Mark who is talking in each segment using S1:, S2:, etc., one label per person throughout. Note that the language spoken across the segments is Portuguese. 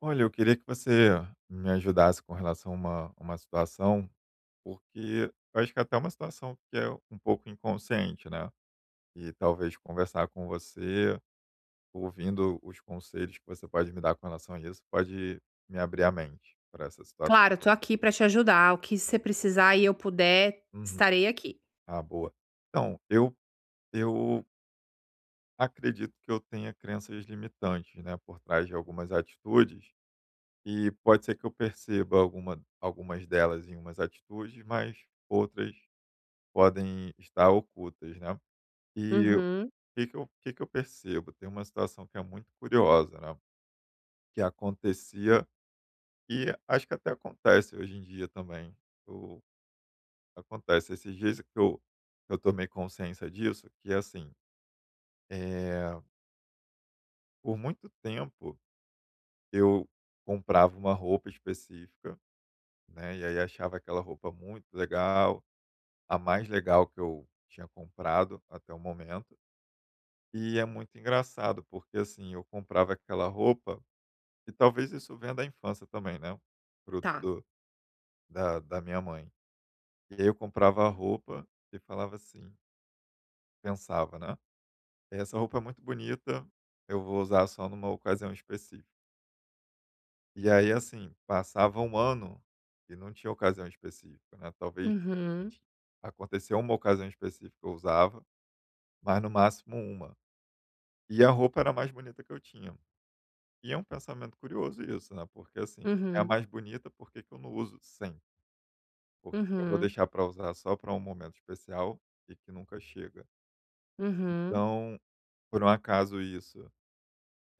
S1: Olha, eu queria que você me ajudasse com relação a uma situação, porque eu acho que até é uma situação que é um pouco inconsciente, né? E talvez conversar com você, ouvindo os conselhos que você pode me dar com relação a isso, pode me abrir a mente para essa situação.
S2: Claro, eu tô aqui pra te ajudar. O que você precisar e eu puder,
S1: Uhum.
S2: estarei aqui.
S1: Ah, boa. Então, eu acredito que eu tenha crenças limitantes, né, por trás de algumas atitudes. E pode ser que eu perceba algumas delas em umas atitudes, mas outras podem estar ocultas, né. E o
S2: Uhum.
S1: que que eu o que que eu percebo? Tem uma situação que é muito curiosa, né, que acontecia e acho que até acontece hoje em dia também. O Acontece esses dias que eu tomei consciência disso, que é assim, eh, por muito tempo eu comprava uma roupa específica, né, e aí achava aquela roupa muito legal, a mais legal que eu tinha comprado até o momento. E é muito engraçado, porque assim, eu comprava aquela roupa, e talvez isso venha da infância também, né, fruto
S2: Tá.
S1: do da minha mãe. E aí eu comprava a roupa e falava assim, pensava, né: "Essa roupa é muito bonita, eu vou usar só numa ocasião específica". E aí, assim, passava um ano e não tinha ocasião específica, né, talvez
S2: Uhum.
S1: ti aconteceu uma ocasião específica que eu usava, mas no máximo uma. E a roupa era a mais bonita que eu tinha. E é um pensamento curioso isso, né, porque, assim, é a
S2: Uhum.
S1: mais bonita, por que que eu não uso sempre? Por que que eu vou
S2: Uhum.
S1: deixar para usar só para um momento especial e que nunca chega?
S2: Uhum.
S1: Então, por um acaso isso,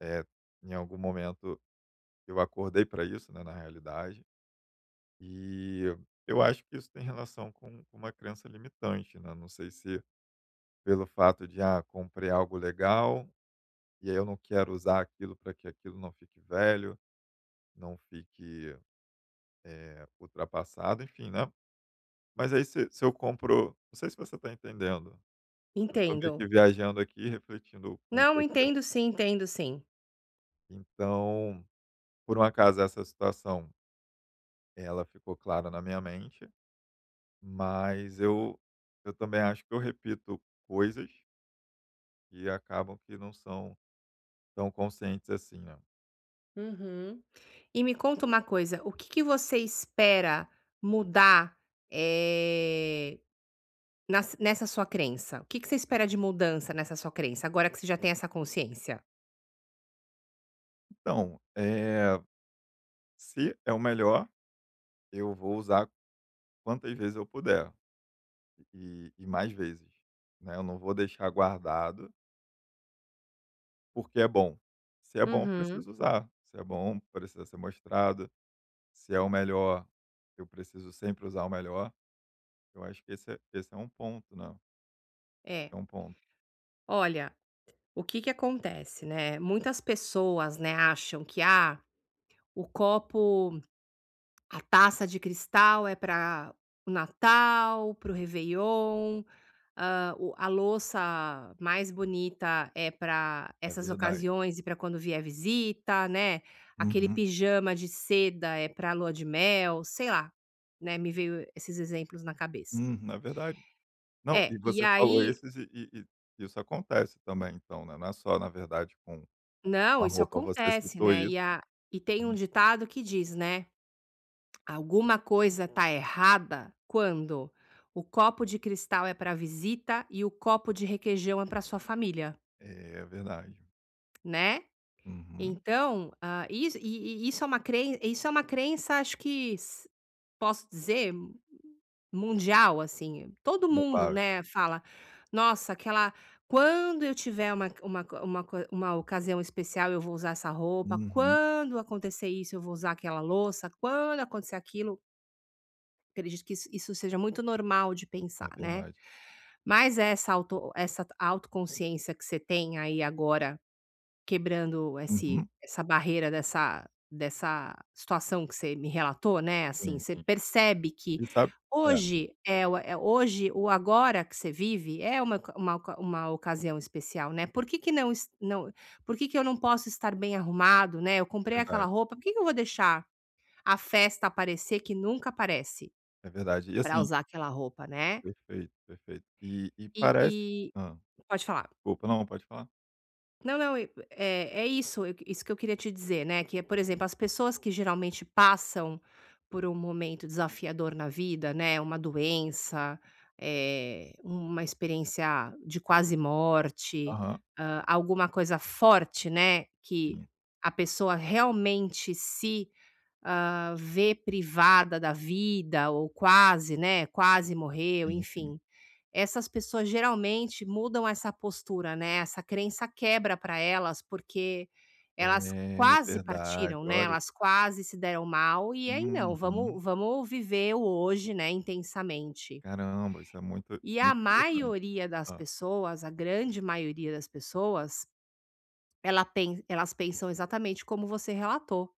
S1: é em algum momento eu acordei para isso, né, na realidade, e eu acho que isso tem relação com uma crença limitante, né, não sei se pelo fato de, ah, comprei algo legal, e aí eu não quero usar aquilo para que aquilo não fique velho, não fique, ultrapassado, enfim, né. Mas aí se eu compro, não sei se você está entendendo, eu tô meio
S2: Entendo.
S1: que viajando aqui, refletindo com
S2: Não,
S1: você.
S2: entendo sim, entendo sim.
S1: Então, por um acaso essa situação, ela ficou clara na minha mente, mas eu também acho que eu repito coisas que acabam que não são tão conscientes assim, né.
S2: Uhum. E me conta uma coisa, o que que você espera mudar, eh, nas nessa sua crença? O que que você espera de mudança nessa sua crença, agora que você já tem essa consciência?
S1: Então, se é o melhor, eu vou usar quantas vezes eu puder, e mais vezes, né, eu não vou deixar guardado, porque é bom. Se é bom, eu
S2: Uhum.
S1: preciso usar. Se é bom, precisa ser mostrado. Se é o melhor, eu preciso sempre usar o melhor. Eu acho que esse é um ponto, né,
S2: É,
S1: é um ponto.
S2: olha. O que que acontece, né? Muitas pessoas, né, acham que ah, o copo, a taça de cristal é para o Natal, para o Réveillon, ah, a louça mais bonita é para
S1: É
S2: essas
S1: verdade.
S2: ocasiões e para quando vier visita, né? Aquele
S1: Uhum.
S2: pijama de seda é para lua de mel, sei lá, né? Me veio esses exemplos na cabeça.
S1: Uhum. É verdade. Não,
S2: É,
S1: e
S2: e
S1: você falou
S2: aí,
S1: esses e isso acontece também então, né, não é só na verdade com
S2: não,
S1: a
S2: isso
S1: roupa, você
S2: acontece,
S1: citou
S2: né?
S1: isso.
S2: E, a, e tem um
S1: Uhum.
S2: ditado que diz, né? Alguma coisa tá errada quando o copo de cristal é para visita e o copo de requeijão é para sua família,
S1: É verdade.
S2: né.
S1: Uhum.
S2: Então, ah, isso é uma crença, isso é uma crença, acho que s posso dizer mundial, assim, todo mundo,
S1: Provável.
S2: né, fala: "Nossa, aquela quando eu tiver uma co- uma co uma ocasião especial, eu vou usar essa roupa,
S1: Uhum.
S2: quando acontecer isso eu vou usar aquela louça, quando acontecer aquilo". Acredito que isso seja muito normal de pensar,
S1: É
S2: né.
S1: verdade.
S2: Mas essa autoconsciência que você tem aí agora, quebrando esse
S1: Uhum.
S2: essa barreira dessa situação que você me relatou, né, assim,
S1: Sim,
S2: você
S1: sim.
S2: percebe que
S1: E sabe, é
S2: hoje é o é hoje o agora que você vive é uma ocasião especial, né. Por que que eu não posso estar bem arrumado, né, eu comprei aquela
S1: verdade,
S2: roupa, por que que eu vou deixar a festa aparecer que nunca aparece?
S1: é verdade. E
S2: Pra
S1: assim,
S2: usar aquela roupa, né.
S1: perfeito, perfeito. E
S2: E
S1: parece,
S2: e
S1: hã,
S2: Pode falar.
S1: desculpa, não, pode falar.
S2: Não, não, e é é isso, eu isso que eu queria te dizer, né, que é, por exemplo,
S1: Sim.
S2: as pessoas que geralmente passam por um momento desafiador na vida, né, uma doença, uma experiência de quase morte,
S1: Aham,
S2: alguma coisa forte, né, que a pessoa realmente se, vê privada da vida ou quase, né, quase morreu,
S1: sim, sim, sim.
S2: enfim. Essas pessoas geralmente mudam essa postura, né, essa crença quebra para elas, porque elas
S1: É
S2: quase
S1: verdade,
S2: partiram, né,
S1: olha,
S2: elas quase se deram mal, e aí não,
S1: uhum.
S2: vamos viver o hoje, né, intensamente.
S1: Caramba, isso é muito
S2: E a
S1: muito interessante.
S2: maioria das
S1: Hã.
S2: pessoas, a grande maioria das pessoas, elas pensam exatamente como você relatou,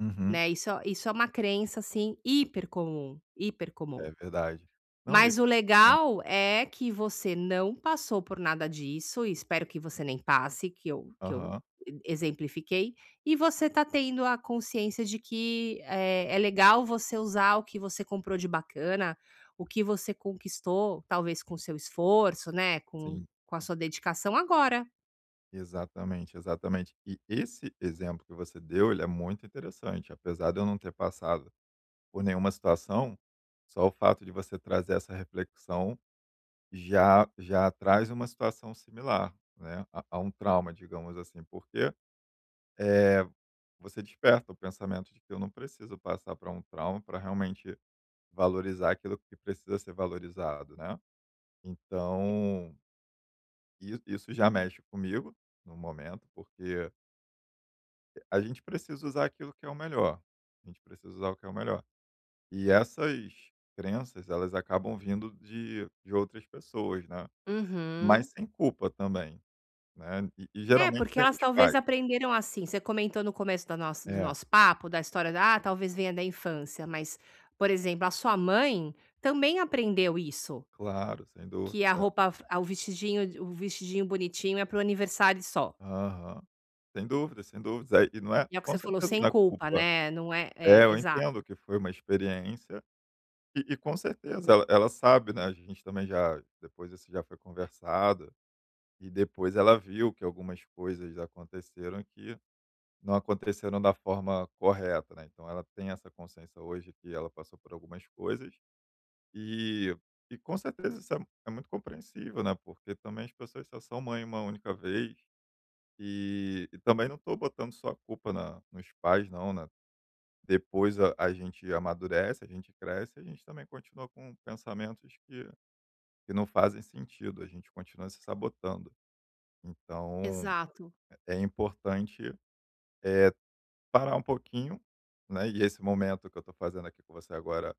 S1: Uhum,
S2: né, isso é uma crença, assim, hipercomum, hipercomum.
S1: é verdade. Não, isso,
S2: Mas o
S1: ah,
S2: legal é que você não passou por nada disso, e espero que você nem passe, que eu
S1: aham,
S2: exemplifiquei, e você tá tendo a consciência de que, é legal você usar o que você comprou de bacana, o que você conquistou, talvez com seu esforço, né, com
S1: sim,
S2: a sua dedicação agora.
S1: exatamente, exatamente. E esse exemplo que você deu, ele é muito interessante, apesar de eu não ter passado por nenhuma situação, só o fato de você trazer essa reflexão já já traz uma situação similar, né, a um trauma, digamos assim, porque, é você desperta o pensamento de que eu não preciso passar para um trauma para realmente valorizar aquilo que precisa ser valorizado, né. Então, i isso já mexe comigo no momento, porque a gente precisa usar aquilo que é o melhor, a gente precisa usar o que é o melhor. E essas crenças, elas acabam vindo de outras pessoas, né, mas
S2: Uhum.
S1: sem culpa também. Né, e
S2: É,
S1: geralmente
S2: porque
S1: vem
S2: elas
S1: dos
S2: talvez
S1: pais.
S2: aprenderam assim, você comentou no começo da nossa do
S1: É,
S2: nosso papo, da história da: "Ah, talvez venha da infância", mas, por exemplo, a sua mãe também aprendeu isso,
S1: claro, sem dúvida.
S2: que a roupa f ah, o vestidinho bonitinho é para o aniversário só.
S1: Aham. Sem dúvidas, sem dúvidas. Aí e não é,
S2: E é o que
S1: com
S2: você falou,
S1: certeza
S2: sem
S1: não é
S2: culpa,
S1: culpa,
S2: né, não é
S1: é,
S2: é,
S1: eu
S2: exato,
S1: entendo que foi uma experiência e com certeza ela sabe, né, a gente também já, depois isso já foi conversado, e depois ela viu que algumas coisas aconteceram que não aconteceram da forma correta, né, então ela tem essa consciência hoje que ela passou por algumas coisas E e com certeza isso é muito compreensível, né, porque também as pessoas só são mãe uma única vez, e também não estou botando só a culpa na nos pais não, né. Depois a gente amadurece, a gente cresce, a gente também continua com pensamentos que não fazem sentido, a gente continua se sabotando. Então
S2: exato.
S1: é importante, eh, parar um pouquinho, né, e esse momento que eu estou fazendo aqui com você agora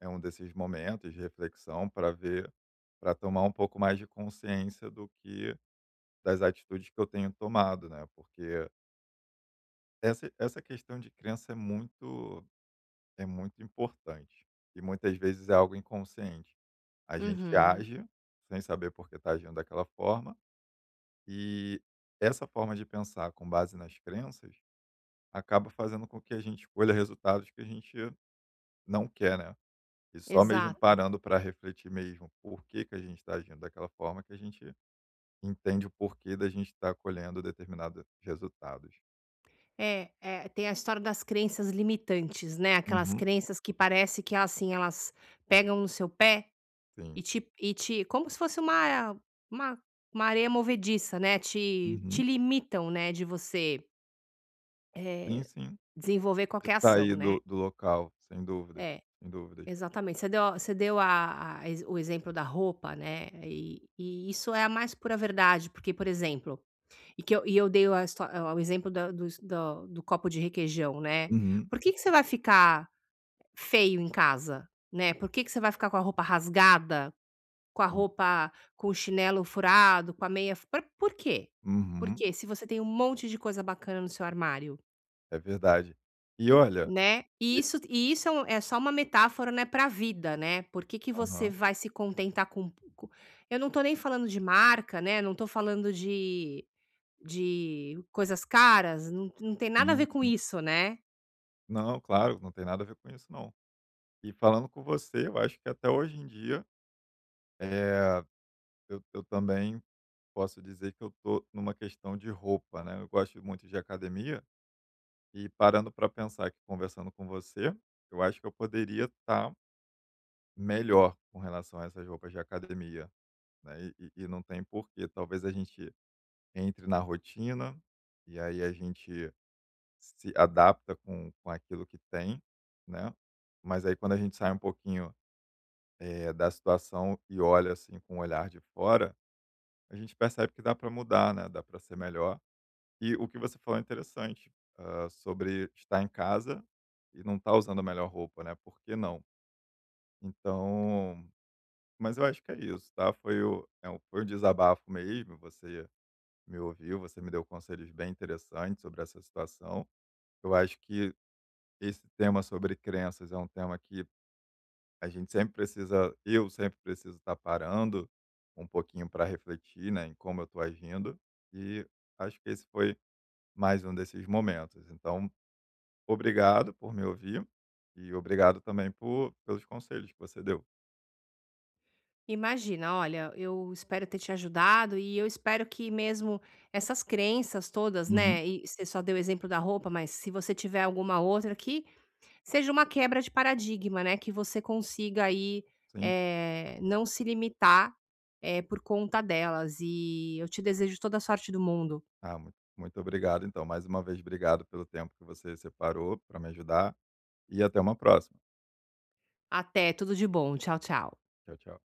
S1: é um desses momentos de reflexão para ver, para tomar um pouco mais de consciência do que, das atitudes que eu tenho tomado, né? Porque essa questão de crença é muito importante e muitas vezes é algo inconsciente. A gente
S2: Uhum,
S1: age sem saber por que está agindo daquela forma, e essa forma de pensar com base nas crenças acaba fazendo com que a gente escolha resultados que a gente não quer, né? E só mesmo
S2: exato.
S1: parando para refletir mesmo por que que a gente está agindo daquela forma que a gente entende o porquê da gente estar colhendo determinados resultados.
S2: É, é, tem a história das crenças limitantes, né, aquelas
S1: Uhum,
S2: crenças que parece que, elas assim, elas pegam no seu pé.
S1: sim.
S2: E te Como se fosse uma uma areia movediça, né, te
S1: Uhum.
S2: limitam, né, de você, eh,
S1: Sim, sim.
S2: desenvolver
S1: De
S2: qualquer ação,
S1: sair
S2: né.
S1: do local, sem dúvidas,
S2: É,
S1: sem dúvidas.
S2: exatamente. Você deu a ex o exemplo da roupa, né, e isso é a mais pura verdade, porque, por exemplo, e eu dei a histó o exemplo da dos do do copo de requeijão, né.
S1: Uhum,
S2: Por que que você vai ficar feio em casa, né, por que que você vai ficar com a roupa rasgada, com a
S1: sim.
S2: roupa, com o chinelo furado, com a meia fu pra, por quê?
S1: Uhum,
S2: Porque, se você tem um monte de coisa bacana no seu armário,
S1: é verdade. E olha,
S2: né.
S1: e
S2: E isso é um é só uma metáfora, né, pra vida, né. Por que que você
S1: aham,
S2: vai se contentar com co, eu não tô nem falando de marca, né, não tô falando de coisas caras, não tem nada a ver
S1: sim,
S2: com
S1: sim.
S2: isso, né.
S1: Não, claro, não tem nada a ver com isso não. E falando com você, eu acho que até hoje em dia, eh, eu também posso dizer que eu tô numa questão de roupa, né? Eu gosto muito de academia e parando para pensar que, conversando com você, eu acho que eu poderia estar melhor com relação a essas roupas de academia, né? E não tem porquê. Talvez a gente entre na rotina e aí a gente se adapta com aquilo que tem, né? Mas aí quando a gente sai um pouquinho, da situação e olha assim com o olhar de fora, a gente percebe que dá para mudar, né? Dá para ser melhor. E o que você falou é interessante, ah, sobre estar em casa e não estar usando a melhor roupa, né, por que não? Então, mas eu acho que é isso, tá, foi um desabafo mesmo, você me ouviu, você me deu conselhos bem interessantes sobre essa situação. Eu acho que esse tema sobre crenças é um tema que a gente sempre precisa eu sempre preciso estar parando um pouquinho para refletir, né, em como eu estou agindo, e acho que esse foi mais um desses momentos. Então, obrigado por me ouvir e obrigado também por pelos conselhos que você deu.
S2: Imagina, olha, eu espero ter te ajudado e eu espero que mesmo essas crenças todas,
S1: Uhum.
S2: né? E você só deu o exemplo da roupa, mas se você tiver alguma outra que seja uma quebra de paradigma, né? Que você consiga aí
S1: Sim.
S2: não se limitar, por conta delas. E eu te desejo toda a sorte do mundo.
S1: Ah, muito muito obrigado então, mais uma vez obrigado pelo tempo que você separou para me ajudar e até uma próxima.
S2: Até, tudo de bom. Tchau, tchau.
S1: Tchau, tchau.